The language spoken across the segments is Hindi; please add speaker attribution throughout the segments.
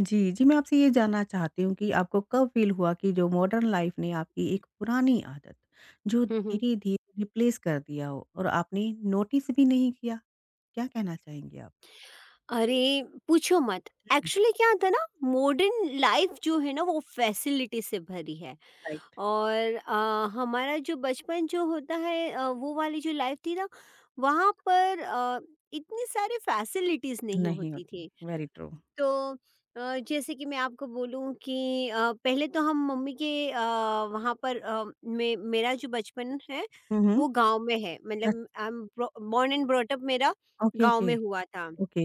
Speaker 1: जी, जी, मैं आपसे ये जानना चाहती हूँ कि आपको कब फ़ील हुआ कि जो मॉडर्न लाइफ़ ने आपकी एक पुरानी आदत, जो
Speaker 2: हम्म।
Speaker 1: धीरे-धीरे रिप्लेस कर दिया हो और आपने नोटिस भी नहीं किया? क्या कहना चाहेंगी आप?
Speaker 2: अरे पूछो मत।
Speaker 1: हुँ,
Speaker 2: एक्चुअली क्या था ना, मॉडर्न लाइफ जो है ना वो फैसिलिटी से भरी है
Speaker 1: राइट,
Speaker 2: और हमारा जो बचपन जो होता है वो वाली जो लाइफ थी ना वहाँ पर इतनी सारी फैसिलिटीज नहीं
Speaker 1: नहीं
Speaker 2: होती
Speaker 1: होती,
Speaker 2: थी।
Speaker 1: Very true.
Speaker 2: तो जैसे कि मैं आपको बोलूँ कि पहले तो हम मम्मी के वहाँ पर मेरा जो बचपन है
Speaker 1: हुँ, हुँ,
Speaker 2: वो गांव में है,
Speaker 1: अच
Speaker 2: मतलब I am born and brought मेरा
Speaker 1: ओके,
Speaker 2: गांव
Speaker 1: ओके,
Speaker 2: में हुआ था।
Speaker 1: ओके,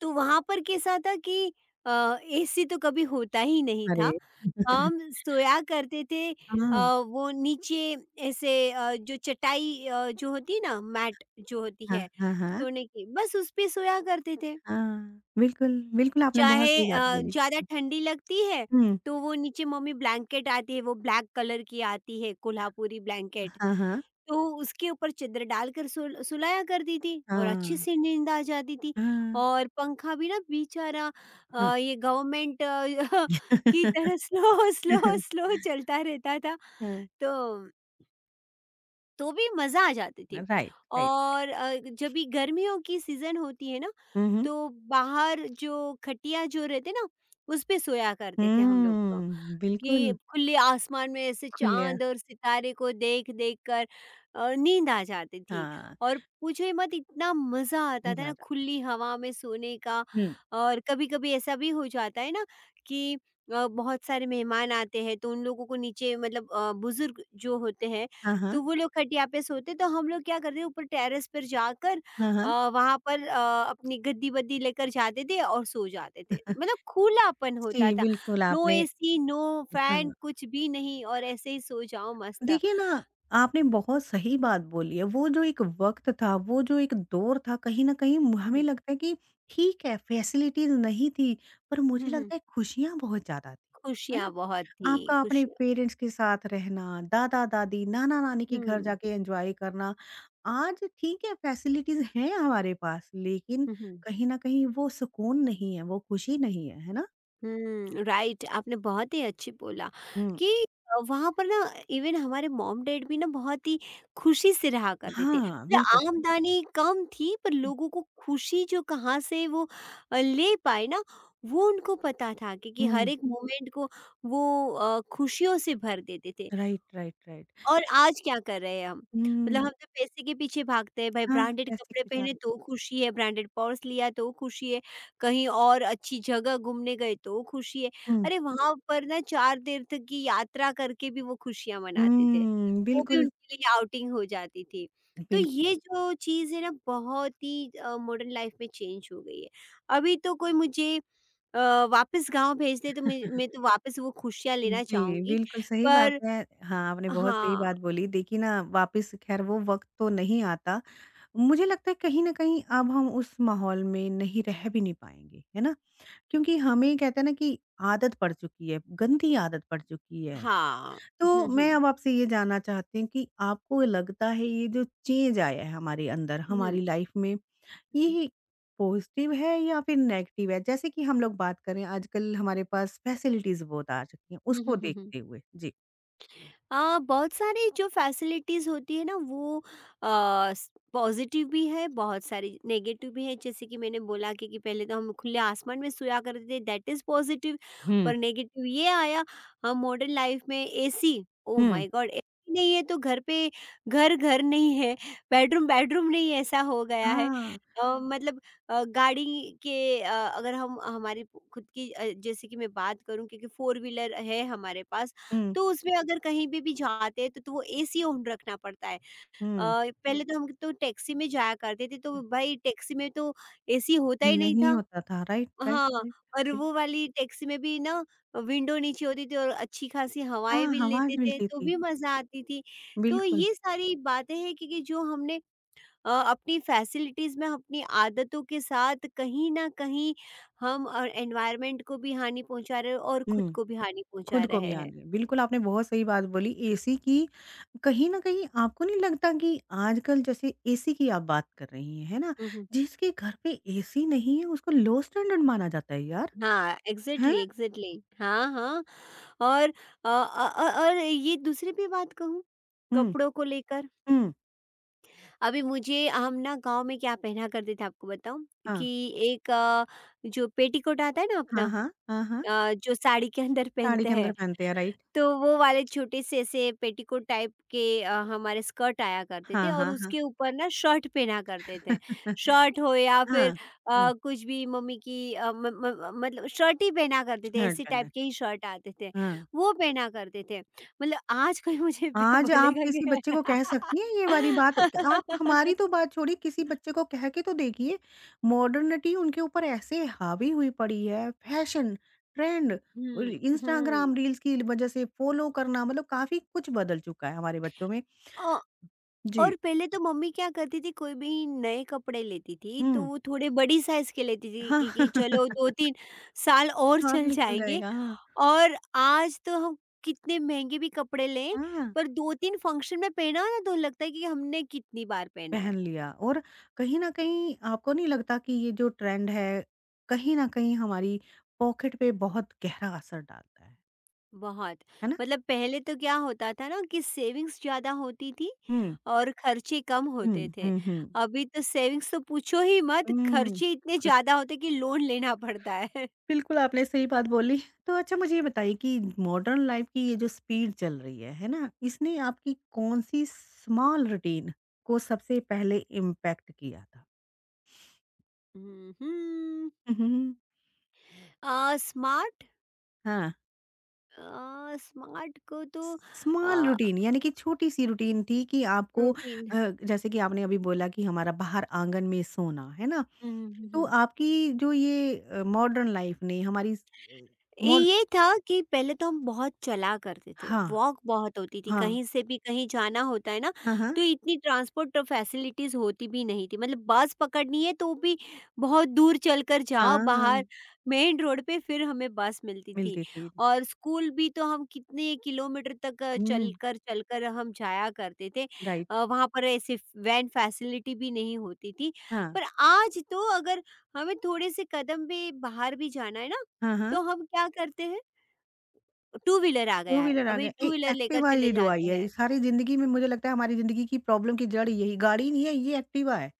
Speaker 2: तो वहाँ पर कैसा था कि एसी तो कभी होता ही नहीं
Speaker 1: अरे!
Speaker 2: था। हम सोया करते थे
Speaker 1: हाँ,
Speaker 2: वो नीचे ऐसे जो चटाई जो होती है ना, मैट जो होती
Speaker 1: हाँ,
Speaker 2: है
Speaker 1: हाँ, हाँ,
Speaker 2: सोने की, बस उस पे सोया करते थे।
Speaker 1: हाँ, बिल्कुल, बिल्कुल, आपने बहुत
Speaker 2: चाहे
Speaker 1: सही बात बोली।
Speaker 2: ज़्यादा ठंडी लगती है
Speaker 1: हुँ,
Speaker 2: तो वो नीचे मम्मी ब्लैंकेट आती है, वो ब्लैक कलर की आती है, कोल्हापुरी ब्लैंकेट।
Speaker 1: हाँ, हाँ,
Speaker 2: तो उसके ऊपर चद्दर डालकर सुलाया करती थी और अच्छे
Speaker 1: हाँ,
Speaker 2: से नींद आ जाती थी।
Speaker 1: हाँ,
Speaker 2: और पंखा भी ना बेचारा
Speaker 1: हाँ।
Speaker 2: ये गवर्नमेंट की तरह स्लो स्लो स्लो चलता रहता था।
Speaker 1: हाँ,
Speaker 2: तो तो भी मज़ा आ जाती थी।
Speaker 1: Right, right.
Speaker 2: और जब भी गर्मियों की सीज़न होती है ना
Speaker 1: हुँ, हुँ।
Speaker 2: तो बाहर जो खटिया जो रहते ना उस पे सोया करते थे हम लोग तो।
Speaker 1: हुँ,
Speaker 2: कि
Speaker 1: बिल्कुल,
Speaker 2: खुले आसमान में ऐसे
Speaker 1: खुलिया
Speaker 2: चाँद और सितारे को देख-देख कर नींद आ जाती थी।
Speaker 1: हाँ,
Speaker 2: और पूछो ही मत, इतना मज़ा आता
Speaker 1: मुझे
Speaker 2: था ना
Speaker 1: याद
Speaker 2: खुली हवा में सोने का।
Speaker 1: हुँ।
Speaker 2: और कभी-कभी ऐसा भी हो जाता है ना कि बहुत सारे मेहमान आते हैं तो उन लोगों को नीचे, मतलब बुज़ुर्ग जो होते हैं
Speaker 1: हाँ, हाँ।
Speaker 2: तो वो लोग खटिया पे सोते, तो हम लोग क्या करते, ऊपर टेरेस पर जाकर
Speaker 1: हाँ,
Speaker 2: अ,
Speaker 1: हाँ।
Speaker 2: वहाँ पर अपनी गद्दी-वद्दी लेकर जाते थे और सो जाते थे। मतलब खुलापन
Speaker 1: जी,
Speaker 2: होता था,
Speaker 1: बिल्कुल
Speaker 2: नो
Speaker 1: आपने
Speaker 2: एसी, नो
Speaker 1: हाँ,
Speaker 2: फैन, कुछ भी नहीं, और ऐसे ही सो जाओ मस्त।
Speaker 1: देखिए ना, आपने बहुत सही बात बोली है, वो जो एक वक़्त था, वो जो एक दौर था, कहीं न कहीं म हमें
Speaker 2: हुँ,
Speaker 1: लगता है कि ठीक है, फैसिलिटीज़ नहीं थी, पर मुझे
Speaker 2: हुँ, हुँ।
Speaker 1: लगता है खुशियाँ बहुत ज़्यादा थी, है ना?
Speaker 2: खुशियाँ बहुत थी,
Speaker 1: आपका अपने
Speaker 2: खुशियाँ।
Speaker 1: पेरेंट्स के साथ रहना, दादा-दादी, नाना-नानी के घर
Speaker 2: हुँ,
Speaker 1: जाके एन्जॉय करना। आज ठीक है फैसिलिटीज़ हैं हमारे पास, लेकिन
Speaker 2: हुँ, हुँ।
Speaker 1: कहीं न कहीं वो सुकून नहीं है, वो खुशी नहीं है, है ना?
Speaker 2: हुँ, राइट, आपने बहुत ही अच्छी बोला।
Speaker 1: हुँ।
Speaker 2: कि वहाँ पर ना इवन हमारे मॉम-डैड भी ना बहुत ही खुशी से रहा करते थे।
Speaker 1: हाँ,
Speaker 2: मतलब
Speaker 1: बिल्कुल।
Speaker 2: आमदनी कम थी, पर लोगों को खुशी जो कहाँ से वो ले पाए ना, वो उनको पता था, क्योंकि हर
Speaker 1: हुँ,
Speaker 2: एक मोमेंट को वो खुशियों से भर देते थे।
Speaker 1: Right, right, right.
Speaker 2: और आज क्या कर रहे हैं हम? मतलब हम
Speaker 1: हुँ,
Speaker 2: तो पैसे के पीछे भागते हैं। भाई,
Speaker 1: हाँ,
Speaker 2: ब्रांडेड
Speaker 1: पैसे के
Speaker 2: कपड़े पहने
Speaker 1: विचार।
Speaker 2: तो खुशी है, ब्रांडेड पर्स लिया तो खुशी है, कहीं और अच्छी जगह घूमने गए तो खुशी है।
Speaker 1: हुँ,
Speaker 2: अरे वहाँ पर ना 4 तीर्थ की यात्रा करके भी वो खुशियाँ मनाते थे,
Speaker 1: हुँ,
Speaker 2: वो भी
Speaker 1: बिल्कुल,
Speaker 2: उनके लिए आउटिंग हो जाती थी। तो
Speaker 1: बिल
Speaker 2: ये जो चीज़ है ना बहुत ही मॉडर्न लाइफ में चेंज हो गई है। अभी तो कोई मुझे वापस गाँव भेज दे तो मैं तो वापस वो खुशियाँ लेना
Speaker 1: जी,
Speaker 2: चाहूँगी,
Speaker 1: बिल्कुल सही बात
Speaker 2: पर
Speaker 1: है। हाँ, आपने बहुत सही
Speaker 2: हाँ।
Speaker 1: बात बोली। देखिए ना वापस खैर वो वक़्त तो नहीं आता मुझे लगता है कहीं न कहीं अब हम उस माहौल में नहीं रह भी नहीं पाएँगे, है ना? क्योंकि हमें कहते हैं ना कि आदत पड़ चुकी है, गंदी आदत पड़ चुकी है।
Speaker 2: हाँ,
Speaker 1: तो
Speaker 2: हम्म
Speaker 1: मैं
Speaker 2: हम्म
Speaker 1: अब आपसे ये जानना चाहती हूँ कि आपको लगता है ये जो चेंज आया है हमारे अंदर,
Speaker 2: हम्म
Speaker 1: हमारी लाइफ़ में, ये पॉज़िटिव है या फिर नेगेटिव है? जैसे कि हम लोग बात करें आजकल हमारे पास फैसिलिटीज़ बहुत आ चुकी हैं, उसको
Speaker 2: हम्म।
Speaker 1: देखते हुए। जी।
Speaker 2: बहुत सारी जो फैसिलिटीज़ होती है ना वो अ, स पॉज़िटिव भी है, बहुत सारी नेगेटिव भी है। जैसे कि मैंने बोला कि पहले तो हम खुले आसमान में सोया करते थे, दैट इज़ पॉज़िटिव।
Speaker 1: हुँ,
Speaker 2: पर नेगेटिव ये आया, हम मॉडर्न लाइफ़ में AC, oh
Speaker 1: hmm.
Speaker 2: My god! AC नहीं है तो घर पे घर घर नहीं है, बेडरूम बेडरूम नहीं, ऐसा हो गया है।
Speaker 1: हाँ।
Speaker 2: मतलब गाड़ी के अगर हम हमारी खुद की जैसे कि मैं बात करूँ, क्योंकि फ़ोर व्हीलर है हमारे पास,
Speaker 1: हुँ,
Speaker 2: तो उसमें अगर कहीं पे भी जाते हैं तो वो एसी ऑन रखना पड़ता है।
Speaker 1: हुँ।
Speaker 2: हुँ। पहले तो हम तो टैक्सी में जाया करते थे, तो भाई टैक्सी में तो एसी होता ही नहीं
Speaker 1: नहीं
Speaker 2: था।
Speaker 1: होता था। राइट, राइट,
Speaker 2: हाँ,
Speaker 1: राइट।
Speaker 2: और वो
Speaker 1: बिल्कुल।
Speaker 2: वाली टैक्सी में भी ना विंडो नीचे होती थी और अच्छी खासी हवाएँ
Speaker 1: हाँ,
Speaker 2: भी लेते
Speaker 1: आवाज़
Speaker 2: थे,
Speaker 1: मिलती
Speaker 2: तो
Speaker 1: थी।
Speaker 2: भी मज़ा आती थी। तो
Speaker 1: बिल्कुल,
Speaker 2: ये सारी बातें हैं, क्योंकि जो हमने अपनी फैसिलिटीज़ में अपनी आदतों के साथ कहीं न कहीं हम एनवायरनमेंट को भी हानि पहुँचा रहे हैं और खुद
Speaker 1: हुँ,
Speaker 2: को भी हानि पहुँचा
Speaker 1: खुद को भी
Speaker 2: रहे हैं।
Speaker 1: आने बिल्कुल, आपने बहुत सही बात बोली एसी की कहीं न कहीं आपको नहीं लगता कि आजकल जैसे एसी की आप बात कर रही हैं, है ना? जिसके घर पे एसी नहीं है उसको लो स्टैंडर्ड माना जाता है यार,
Speaker 2: हाँ,
Speaker 1: हैं?
Speaker 2: Exactly, exactly. हाँ, हाँ। और और ये दूसरी भी बात कहूँ,
Speaker 1: हुँ,
Speaker 2: कपड़ों को लेकर।
Speaker 1: हुँ,
Speaker 2: अभी मुझे, हम ना गाँव में क्या पहना करते थे आपको बताऊँ?
Speaker 1: हाँ,
Speaker 2: कि एक जो पेटीकोट आता है ना अपना,
Speaker 1: हाँ, हाँ, हाँ, हाँ,
Speaker 2: जो साड़ी के अंदर
Speaker 1: साड़ी
Speaker 2: पहनते
Speaker 1: के अंदर
Speaker 2: हैं,
Speaker 1: पहनते हैं राइट?
Speaker 2: तो वो वाले छोटे से ऐसे पेटीकोट टाइप के हमारे स्कर्ट आया करते थे
Speaker 1: हाँ,
Speaker 2: और
Speaker 1: हाँ, हाँ।
Speaker 2: उसके ऊपर ना शर्ट पहना करते थे। शर्ट हो या फिर
Speaker 1: हाँ, हुँ,
Speaker 2: कुछ भी, मम्मी की अ, म म मतलब शर्ट ही पहना करते थे,
Speaker 1: शर्ट
Speaker 2: ऐसे
Speaker 1: पहना
Speaker 2: टाइप
Speaker 1: है,
Speaker 2: के ही शर्ट आते थे,
Speaker 1: हाँ।
Speaker 2: वो पहना करते थे। मतलब आज कोई मुझे ब
Speaker 1: आज आप
Speaker 2: बोलेगा कि
Speaker 1: किसी बच्चे को कह सकती हैं ये वाली बात? तो आप हमारी तो बात छोड़िए, किसी बच्चे को कह के तो देखिए। मॉडर्निटी उनके ऊपर ऐसे हावी हुई पड़ी है, फैशन, ट्रेंड, उल
Speaker 2: हुँ, हुँ।
Speaker 1: इंस्टाग्राम रील्स की वज़ह से फ़ॉलो करना मतलब काफ़ी कुछ बदल चुका है हमारे बच्चों में।
Speaker 2: अ
Speaker 1: जी।
Speaker 2: और पहले तो मम्मी क्या करती थी, कोई भी नए कपड़े लेती थी तो
Speaker 1: हुँ।
Speaker 2: वो थोड़े बड़ी साइज के लेती थी,
Speaker 1: हाँ,
Speaker 2: कि चलो 2-3 साल और
Speaker 1: और
Speaker 2: चल
Speaker 1: निकल
Speaker 2: जाएँगे।
Speaker 1: जाएगा, हाँ।
Speaker 2: और आज तो हम कितने महँगे भी कपड़े लें,
Speaker 1: हाँ,
Speaker 2: पर 2-3 फंक्शन में पहना हो ना तो लगता है कि हमने कितनी बार पहना
Speaker 1: पहन
Speaker 2: है।
Speaker 1: लिया और कहीं न कहीं आपको नहीं लगता कि ये जो ट्रेंड है, कहीं न कहीं हमारी पॉकेट पे बहुत गहरा असर डालता
Speaker 2: बहुत,
Speaker 1: है ना?
Speaker 2: मतलब पहले तो क्या होता था ना कि सेविंग्स ज़्यादा होती थी
Speaker 1: हुँ।
Speaker 2: और खर्चे कम
Speaker 1: हुँ,
Speaker 2: होते थे।
Speaker 1: हुँ, हुँ।
Speaker 2: अभी तो सेविंग्स तो पूछो ही मत,
Speaker 1: हुँ,
Speaker 2: खर्चे इतने
Speaker 1: खुद
Speaker 2: ज़्यादा होते कि लोन लेना पड़ता है।
Speaker 1: बिल्कुल आपने सही बात बोली। तो अच्छा मुझे ये बताइए कि मॉडर्न लाइफ़ की ये जो स्पीड चल रही है ना? इसने आपकी कौन-सी स्मॉल रूटीन को सबसे पहले इम्पैक्ट किया था?
Speaker 2: हुँ, हुँ।
Speaker 1: हुँ, हुँ।
Speaker 2: स्मार्ट
Speaker 1: हाँ,
Speaker 2: अ, स्मार्ट को तो अ,
Speaker 1: स्मॉल रूटीन यानी कि छोटी-सी रूटीन थी कि आपको
Speaker 2: रूटीन।
Speaker 1: जैसे कि आपने अभी बोला कि हमारा बाहर आंगन में सोना, है ना?
Speaker 2: हुँ, हुँ,
Speaker 1: तो
Speaker 2: हुँ,
Speaker 1: आपकी जो ये मॉडर्न लाइफ़ ने हमारी स अ, मॉड
Speaker 2: ये था कि पहले तो हम बहुत चला करते थे,
Speaker 1: हाँ,
Speaker 2: वॉक बहुत होती थी,
Speaker 1: हाँ।
Speaker 2: कहीं से भी कहीं जाना होता है ना,
Speaker 1: हाँ, हाँ।
Speaker 2: तो इतनी ट्रांसपोर्ट फैसिलिटीज़ होती भी नहीं थी। मतलब बस पकड़नी है तो भी बहुत दूर चलकर जाओ बाहर,
Speaker 1: हाँ।
Speaker 2: मेन रोड पे फिर हमें बस मिलती थी।
Speaker 1: मिलती थी।
Speaker 2: और स्कूल भी तो हम कितने किलोमीटर तक
Speaker 1: हुँ,
Speaker 2: चलकर चलकर हम जाया करते थे।
Speaker 1: राइट।
Speaker 2: वहाँ पर ऐसे वैन फैसिलिटी भी नहीं होती थी।
Speaker 1: हाँ।
Speaker 2: पर आज तो अगर हमें थोड़े से कदम भी बाहर भी जाना है ना
Speaker 1: हाँ, हाँ।
Speaker 2: तो हम क्या करते हैं, टू व्हीलर आ
Speaker 1: टू
Speaker 2: गया है,
Speaker 1: व्हीलर आ
Speaker 2: अभी
Speaker 1: गए। ए
Speaker 2: टू व्हीलर लेकर
Speaker 1: एक्टिवा ये
Speaker 2: चले
Speaker 1: जो आई
Speaker 2: जाते
Speaker 1: है, ये
Speaker 2: हैं।
Speaker 1: सारी ज़िंदगी में मुझे लगता है हमारी ज़िंदगी की प्रॉब्लम की जड़ यही गाड़ी नहीं है, ये एक्टिवा है।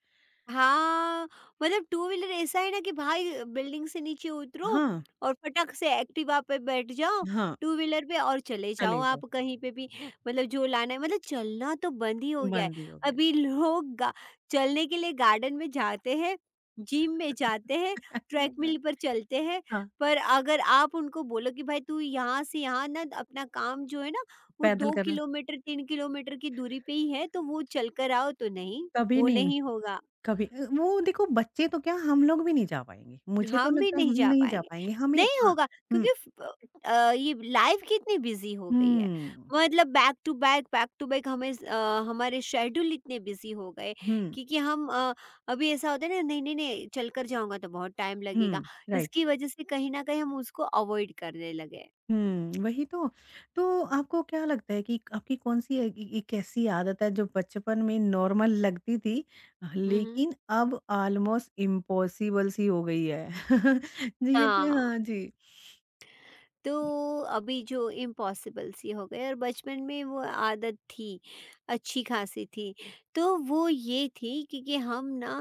Speaker 2: हाँ, मतलब टू व्हीलर ऐसा है ना कि भाई बिल्डिंग से नीचे उतरो
Speaker 1: हाँ,
Speaker 2: और फटाक से एक्टिवा पे बैठ जाओ,
Speaker 1: हाँ,
Speaker 2: टू व्हीलर पे, और चले जाओ
Speaker 1: चले जाओ,
Speaker 2: आप कहीं पे भी। मतलब जो लाना है, मतलब चलना तो बंद ही हो गया है।
Speaker 1: बंद ही हो गया।
Speaker 2: अभी लोग गा चलने के लिए गार्डन में जाते हैं, जिम में जाते हैं,
Speaker 1: एक्टिवा में
Speaker 2: ट्रेडमिल पर चलते हैं,
Speaker 1: हाँ,
Speaker 2: पर अगर आप उनको बोलो कि भाई तू यहाँ से यहाँ ना अपना काम जो है ना वो
Speaker 1: पैदल
Speaker 2: 2
Speaker 1: करा
Speaker 2: किलोमीटर 3 किलोमीटर की दूरी पे ही है तो वो चलकर आओ, तो नहीं,
Speaker 1: कभी
Speaker 2: वो
Speaker 1: नहीं,
Speaker 2: नहीं होगा।
Speaker 1: कभी वो देखो बच्चे तो क्या हम लोग भी नहीं जा पाएँगे। मुझे तो
Speaker 2: हम भी
Speaker 1: लगता है हम
Speaker 2: नहीं जा
Speaker 1: नहीं जा
Speaker 2: पाएँगे।
Speaker 1: पाएँगे। हमें
Speaker 2: नहीं
Speaker 1: हाँ,
Speaker 2: होगा
Speaker 1: हुँ,
Speaker 2: क्योंकि ये लाइफ़ कितनी बिज़ी हो गई है।
Speaker 1: हुँ,
Speaker 2: मतलब बैक टू बैक हमें हमारे शेड्यूल इतने बिज़ी हो गए
Speaker 1: हुँ,
Speaker 2: कि हम, अभी ऐसा होता है ना, नहीं, नहीं, नहीं चल कर जाऊँगा तो बहुत टाइम लगेगा।
Speaker 1: हुँ, राइट।
Speaker 2: इसकी वज़ह से कहीं न कहीं हम उसको अवॉइड करने लगे।
Speaker 1: हुँ, वही तो। तो आपको क्या लगता है कि आपकी कौन-सी ए ए एक ऐसी आदत है जो बचपन में नॉर्मल लगती थी,
Speaker 2: हुँ, हुँ।
Speaker 1: लेकिन अब ऑलमोस्ट इम्पॉसिबल सी हो गई है? जी, ये तो
Speaker 2: हाँ।
Speaker 1: हाँ जी।
Speaker 2: तो अभी जो इम्पॉसिबल सी हो गई और बचपन में वो आदत थी, अच्छी खासी थी। तो वो ये थी कि हम ना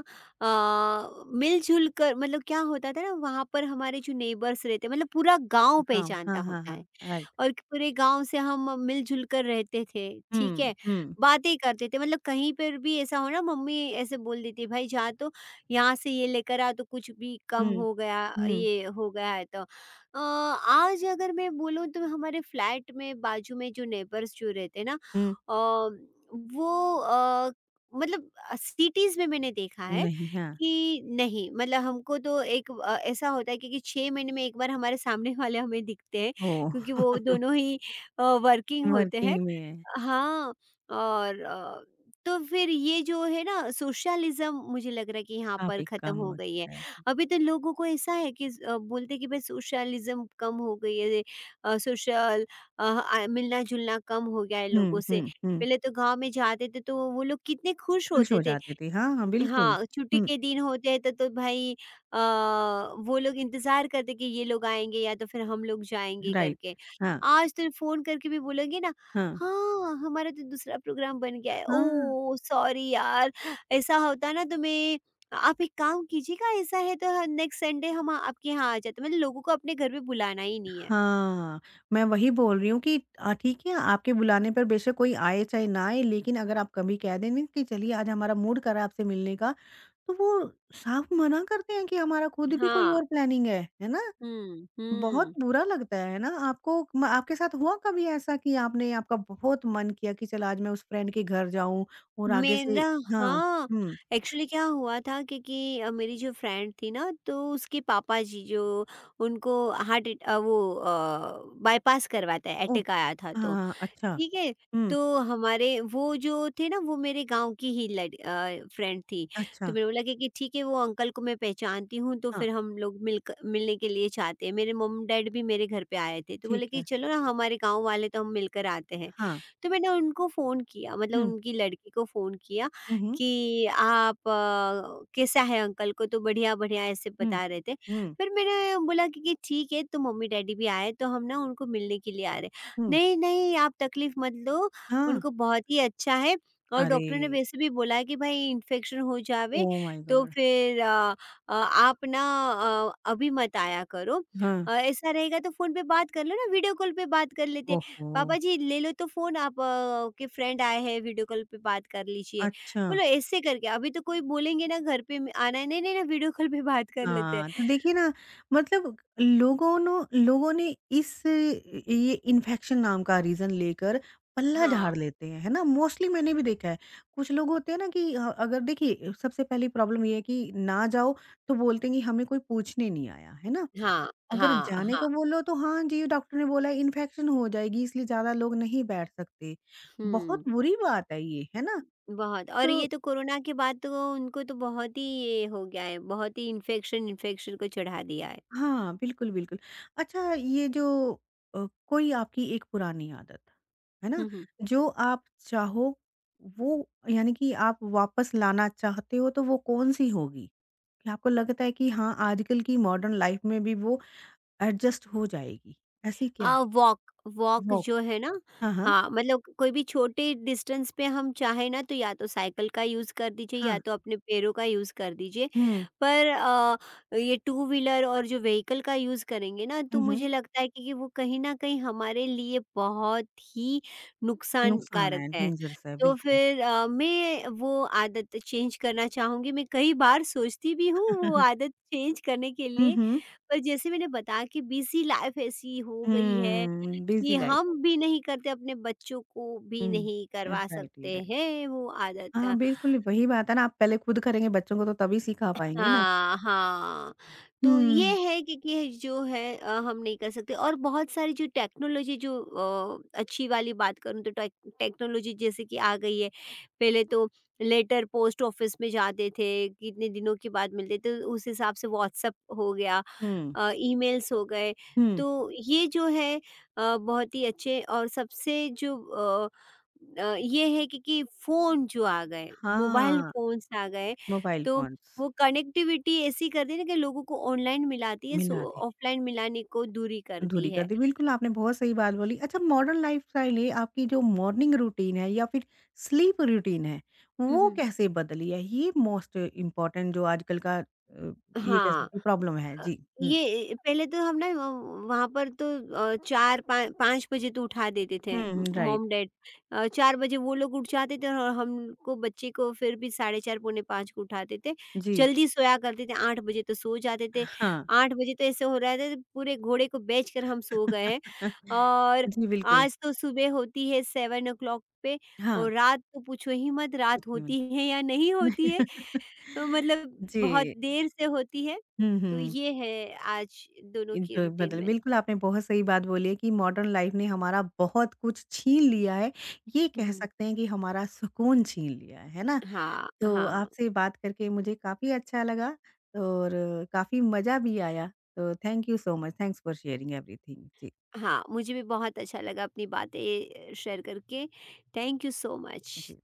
Speaker 2: मिल-जुल कर, मतलब क्या होता था ना, वहाँ पर हमारे जो नेबर्स रहते, मतलब पूरा गाँव
Speaker 1: गाँव हाँ,
Speaker 2: पहचानता
Speaker 1: हाँ,
Speaker 2: होता है।
Speaker 1: हाँ। राइट।
Speaker 2: और पूरे गाँव से हम मिलजुल कर रहते थे, ठीक
Speaker 1: हुँ,
Speaker 2: है?
Speaker 1: हुँ,
Speaker 2: बातें करते थे, मतलब कहीं पर भी ऐसा हो ना, मम्मी ऐसे बोल देती है, "भाई जा तो यहाँ से ये लेकर आ, तो कुछ भी कम
Speaker 1: हुँ,
Speaker 2: हो गया,
Speaker 1: हुँ,
Speaker 2: ये हो गया है तो।" आज अगर मैं बोलूँ तो हमारे फ्लैट में बाजू में जो नेबर्स जो रहते हैं ना,
Speaker 1: हुँ।
Speaker 2: अ, वो अ, मतलब सिटीज़ में मैंने देखा है
Speaker 1: नहीं, हाँ।
Speaker 2: कि नहीं, मतलब हमको तो एक ऐसा होता है क्योंकि 6 महीने में एक बार हमारे सामने वाले हमें दिखते हैं, क्योंकि
Speaker 1: ओह!
Speaker 2: वो दोनों ही वर्किंग होते
Speaker 1: वर्किंग
Speaker 2: हैं।
Speaker 1: में है।
Speaker 2: हाँ, और तो फिर ये जो है ना सोशलिज़्म, मुझे लग रहा है कि यहाँ पर
Speaker 1: काफ़ी
Speaker 2: ख़त्म
Speaker 1: कम
Speaker 2: हो
Speaker 1: हो
Speaker 2: गई है।
Speaker 1: चुका है।
Speaker 2: अभी तो लोगों को ऐसा है कि बोलते हैं कि भाई सोशलिज़्म कम हो गई है, अ, सोशल अ, आ मिलना-जुलना कम हो गया है लोगों
Speaker 1: हुँ,
Speaker 2: से।
Speaker 1: हुँ, हुँ।
Speaker 2: पहले तो गाँव में जाते थे तो वो लोग कितने खुश
Speaker 1: खुश
Speaker 2: होते
Speaker 1: हो
Speaker 2: थे।
Speaker 1: जाते थे। हाँ, हाँ, बिल्कुल।
Speaker 2: हाँ, छुट्टी
Speaker 1: हुँ,
Speaker 2: के दिन होते हैं तो भाई वो लोग इंतज़ार करते कि ये लोग आएँगे या तो फिर हम लोग जाएँगे
Speaker 1: राइट।
Speaker 2: करके।
Speaker 1: हाँ,
Speaker 2: आज तो फ़ोन करके भी बोलेंगे ना,
Speaker 1: हाँ।
Speaker 2: "हाँ, हमारा तो दूसरा प्रोग्राम बन गया है।
Speaker 1: हाँ।
Speaker 2: ओह! सॉरी यार, ऐसा होता ना तो मैं, आप एक काम कीजिएगा, ऐसा है तो नेक्स्ट संडे हम आपके यहाँ आ जाते।" मतलब लोगों को अपने घर पे बुलाना ही नहीं है।
Speaker 1: हाँ, मैं वही बोल रही हूँ कि ठीक है, आपके बुलाने पर बेशक कोई आए चाहे ना आए, लेकिन अगर आप कभी कह दें ना कि चलिए आज हमारा मूड कर रहा है आपसे मिलने का, तो वो साफ मना करते हैं कि हमारा खुद भी कोई
Speaker 2: हाँ।
Speaker 1: और प्लानिंग है ना?
Speaker 2: हुँ,
Speaker 1: बहुत
Speaker 2: हुँ।
Speaker 1: बुरा लगता है ना? आपको म आपके साथ हुआ कभी ऐसा कि आपने आपका बहुत मन किया कि चल आज मैं उस फ्रेंड के घर जाऊँ और आगे से
Speaker 2: मेरा,
Speaker 1: हाँ,
Speaker 2: हाँ,
Speaker 1: हुँ,
Speaker 2: एक्चुअली क्या हुआ था, क्योंकि मेरी जो फ्रेंड थी ना तो उसके पापा जी जो, उनको हार्ट अटै वो बायपास करवाता है,
Speaker 1: ओह!
Speaker 2: अटैक आया था तो।
Speaker 1: हाँ, अच्छा,
Speaker 2: ठीक है?
Speaker 1: हुँ,
Speaker 2: तो हमारे वो जो थे ना वो मेरे गाँव की ही फ्रेंड थी। तो
Speaker 1: अच्छा,
Speaker 2: मैंने बोला कि ठीक है, वो अंकल को मैं पहचानती हूँ, तो
Speaker 1: हाँ,
Speaker 2: फिर हम लोग मिलक मिलने के लिए चाहते हैं। मेरे मॉम-डैड भी मेरे घर पे आए थे। तो
Speaker 1: ठीक
Speaker 2: बोले कि
Speaker 1: है,
Speaker 2: चलो ना, हमारे गाँव वाले तो, हम मिलकर आते हैं।
Speaker 1: हाँ,
Speaker 2: तो मैंने उनको फ़ोन किया, मतलब
Speaker 1: हुँ,
Speaker 2: उनकी लड़की को फ़ोन किया
Speaker 1: हुँ, हुँ,
Speaker 2: कि आप कैसा है अंकल को, तो बढ़िया-बढ़िया ऐसे
Speaker 1: हुँ,
Speaker 2: बता रहे थे।
Speaker 1: हुँ,
Speaker 2: फिर मैंने बोला कि ठीक है, तो मम्मी-डैडी भी आए, तो हम ना उनको मिलने के लिए आ रहे हैं।
Speaker 1: हुँ।
Speaker 2: नहीं, नहीं, आप तकलीफ़ मत लो,
Speaker 1: हाँ?
Speaker 2: उनको बहुत ही अच्छा है और
Speaker 1: अरे!
Speaker 2: डॉक्टर ने वैसे भी बोला है कि भई इन्फेक्शन हो जावे,
Speaker 1: ओह माय
Speaker 2: तो
Speaker 1: गॉड!
Speaker 2: फिर आप ना, अभी मत आया करो।
Speaker 1: हाँ।
Speaker 2: ऐसा रहेगा तो फ़ोन पे बात कर लो ना, वीडियो कॉल पे बात कर लेते हैं।
Speaker 1: ओहो!
Speaker 2: पापा जी ले लो तो फ़ोन, आप के फ्रेंड आए हैं, वीडियो कॉल पे बात कर लीजिए।
Speaker 1: अच्छा।
Speaker 2: बोलो ऐसे करके, अभी तो कोई बोलेंगे ना घर पे आना है, नहीं, नहीं, नहीं, वीडियो कॉल पे बात कर लेते हैं।
Speaker 1: हाँ, तो देखिए ना मतलब लोगों ने इस ये इन्फेक्शन नाम का रीज़न लेकर पल्ला
Speaker 2: हाँ,
Speaker 1: झाड़ लेते हैं, है ना? मोस्टली मैंने भी देखा है। कुछ लोग होते हैं ना कि अगर देखिए सबसे पहली प्रॉब्लम ये है कि ना जाओ तो बोलते हैं कि हमें कोई पूछने नहीं आया, है ना?
Speaker 2: हाँ,
Speaker 1: अगर
Speaker 2: हाँ,
Speaker 1: जाने
Speaker 2: हाँ,
Speaker 1: का बोलो तो हाँ जी, डॉक्टर ने बोला है इन्फेक्शन हो जाएगी इसलिए ज़्यादा लोग नहीं बैठ सकते। बहुत
Speaker 2: हुँ।
Speaker 1: बुरी बात है ये, है ना?
Speaker 2: बहुत। और ये
Speaker 1: तो
Speaker 2: तो कोरोना के बाद तो उनको तो बहुत ही ये हो गया है, बहुत ही इन्फेक्शन इन्फेक्शन को चढ़ा दिया
Speaker 1: हाँ, बिल्कुल, बिल्कुल। अच्छा ये जो कोई आपकी एक पुरानी आदत, है ना?
Speaker 2: है।
Speaker 1: जो आप चाहो वो यानी कि आप वापस लाना चाहते हो तो वो कौन-सी होगी? कि आपको लगता है कि हाँ, आजकल की मॉडर्न लाइफ़ में भी वो एडजस्ट हो जाएगी, ऐसी क्या है?
Speaker 2: वॉक वॉक
Speaker 1: वॉक
Speaker 2: जो है ना।
Speaker 1: हाँ, हाँ।
Speaker 2: हाँ, मतलब कोई भी छोटे डिस्टेंस पे हम चाहे ना, तो या तो साइकिल का यूज़ कर दीजिए, या
Speaker 1: हाँ।
Speaker 2: तो अपने पैरों का यूज़ कर दीजिए,
Speaker 1: हुँ।
Speaker 2: पर ये टू व्हीलर और जो व्हीकल का यूज़ करेंगे ना, तो
Speaker 1: हुँ, हुँ।
Speaker 2: मुझे लगता है कि वो कहीं ना कहीं हमारे लिए बहुत ही
Speaker 1: नुकसान
Speaker 2: नुकसानकारक
Speaker 1: है,
Speaker 2: है।
Speaker 1: डेंजरस है,
Speaker 2: तो
Speaker 1: बिल्कुल।
Speaker 2: फिर मैं वो आदत चेंज करना चाहूँगी, मैं कई बार सोचती भी हूँ वो आदत चेंज करने के
Speaker 1: हुँ,
Speaker 2: लिए,
Speaker 1: हुँ।
Speaker 2: पर जैसे मैंने बताया कि बिज़ी लाइफ़ ऐसी हो गई है
Speaker 1: हुँ, बिज़ी
Speaker 2: कि
Speaker 1: लाइफ़ है।
Speaker 2: हम भी नहीं करते, अपने बच्चों को भी
Speaker 1: हुँ,
Speaker 2: नहीं करवा
Speaker 1: राइट, ये
Speaker 2: सकते
Speaker 1: राइट।
Speaker 2: हैं वो
Speaker 1: हाँ,
Speaker 2: आदत।
Speaker 1: बिल्कुल, वही बात है ना, आप पहले खुद करेंगे बच्चों को तो तभी सिखा पाएँगे ना।
Speaker 2: हाँ, हाँ। तो ये
Speaker 1: हुँ,
Speaker 2: है कि जो है, हम नहीं कर सकते, और बहुत सारी जो टेक्नोलॉज़ी, जो अच्छी वाली बात करूँ तो टेक्नोलॉज़ी जैसे कि आ गई है। पहले तो लेटर पोस्ट ऑफ़िस में जाते थे, कितने दिनों के बाद मिलते थे, तो उस हिसाब से व्हाट्सएप हो गया।
Speaker 1: हुँ,
Speaker 2: ईमेल्स हो गए।
Speaker 1: हुँ।
Speaker 2: तो ये जो है, बहुत ही अच्छे, और सबसे जो ये है कि फ़ोन जो आ गए, मोबाइल
Speaker 1: हाँ,
Speaker 2: फ़ोन्स आ गए,
Speaker 1: मोबाइल
Speaker 2: तो
Speaker 1: फ़ोन्स,
Speaker 2: वो कनेक्टिविटी ऐसी कर दी ना कि लोगों को ऑनलाइन मिलाती है, सो
Speaker 1: मिला दें,
Speaker 2: ऑफलाइन मिलाने को दूरी
Speaker 1: दूरी
Speaker 2: करती
Speaker 1: कर
Speaker 2: है।
Speaker 1: दी, बिल्कुल आपने बहुत सही बात बोली। अच्छा मॉडर्न लाइफ़स्टाइल ने आपकी जो मॉर्निंग रूटीन है या फिर स्लीप रूटीन है,
Speaker 2: हुँ,
Speaker 1: वो
Speaker 2: हुँ।
Speaker 1: कैसे बदली है? ये मोस्ट इम्पोर्टेंट जो आजकल का ये कह
Speaker 2: हाँ।
Speaker 1: सकते हैं प्रॉब्लम है।
Speaker 2: अ,
Speaker 1: जी, हुँ।
Speaker 2: ये पहले तो हम ना व वहाँ पर तो 4 पा 5 बजे तो उठा देते थे।
Speaker 1: हुँ, राइट,
Speaker 2: मॉम डैड 4 बजे वो लोग उठ जाते थे, और हमको बच्चे को फिर भी साढ़े 4 पौने 5 को उठाते थे।
Speaker 1: जी।
Speaker 2: जल्दी सोया करते थे, 8 बजे तो सो जाते थे।
Speaker 1: हाँ।
Speaker 2: 8 बजे तो ऐसे हो रहा था पूरे घोड़े को बेचकर हम सो गए हैं। और
Speaker 1: जी, बिल्कुल।
Speaker 2: आज तो सुबह होती है 7 ओ क्लॉक पे,
Speaker 1: हाँ,
Speaker 2: और रात तो पूछो ही मत,
Speaker 1: कुछ
Speaker 2: रात
Speaker 1: नहीं
Speaker 2: होती है या नहीं होती है। तो मतलब
Speaker 1: जी।
Speaker 2: बहुत देर से होती है,
Speaker 1: हुँ,
Speaker 2: तो
Speaker 1: हुँ।
Speaker 2: ये है आज दोनों की
Speaker 1: जो
Speaker 2: रूटीन
Speaker 1: बदल
Speaker 2: में।
Speaker 1: बिल्कुल आपने बहुत सही बात बोली है कि मॉडर्न लाइफ़ ने हमारा बहुत कुछ छीन लिया है, ये
Speaker 2: हुँ,
Speaker 1: कह
Speaker 2: हुँ।
Speaker 1: सकते हैं कि हमारा सुकून छीन लिया है ना?
Speaker 2: हाँ,
Speaker 1: तो
Speaker 2: हाँ,
Speaker 1: आपसे बात करके मुझे काफ़ी अच्छा लगा और काफ़ी मज़ा भी आया। तो thank you so much, thanks for sharing everything. जी,
Speaker 2: हाँ, मुझे भी बहुत अच्छा लगा अपनी बातें शेयर करके। Thank you so much.
Speaker 1: Ji.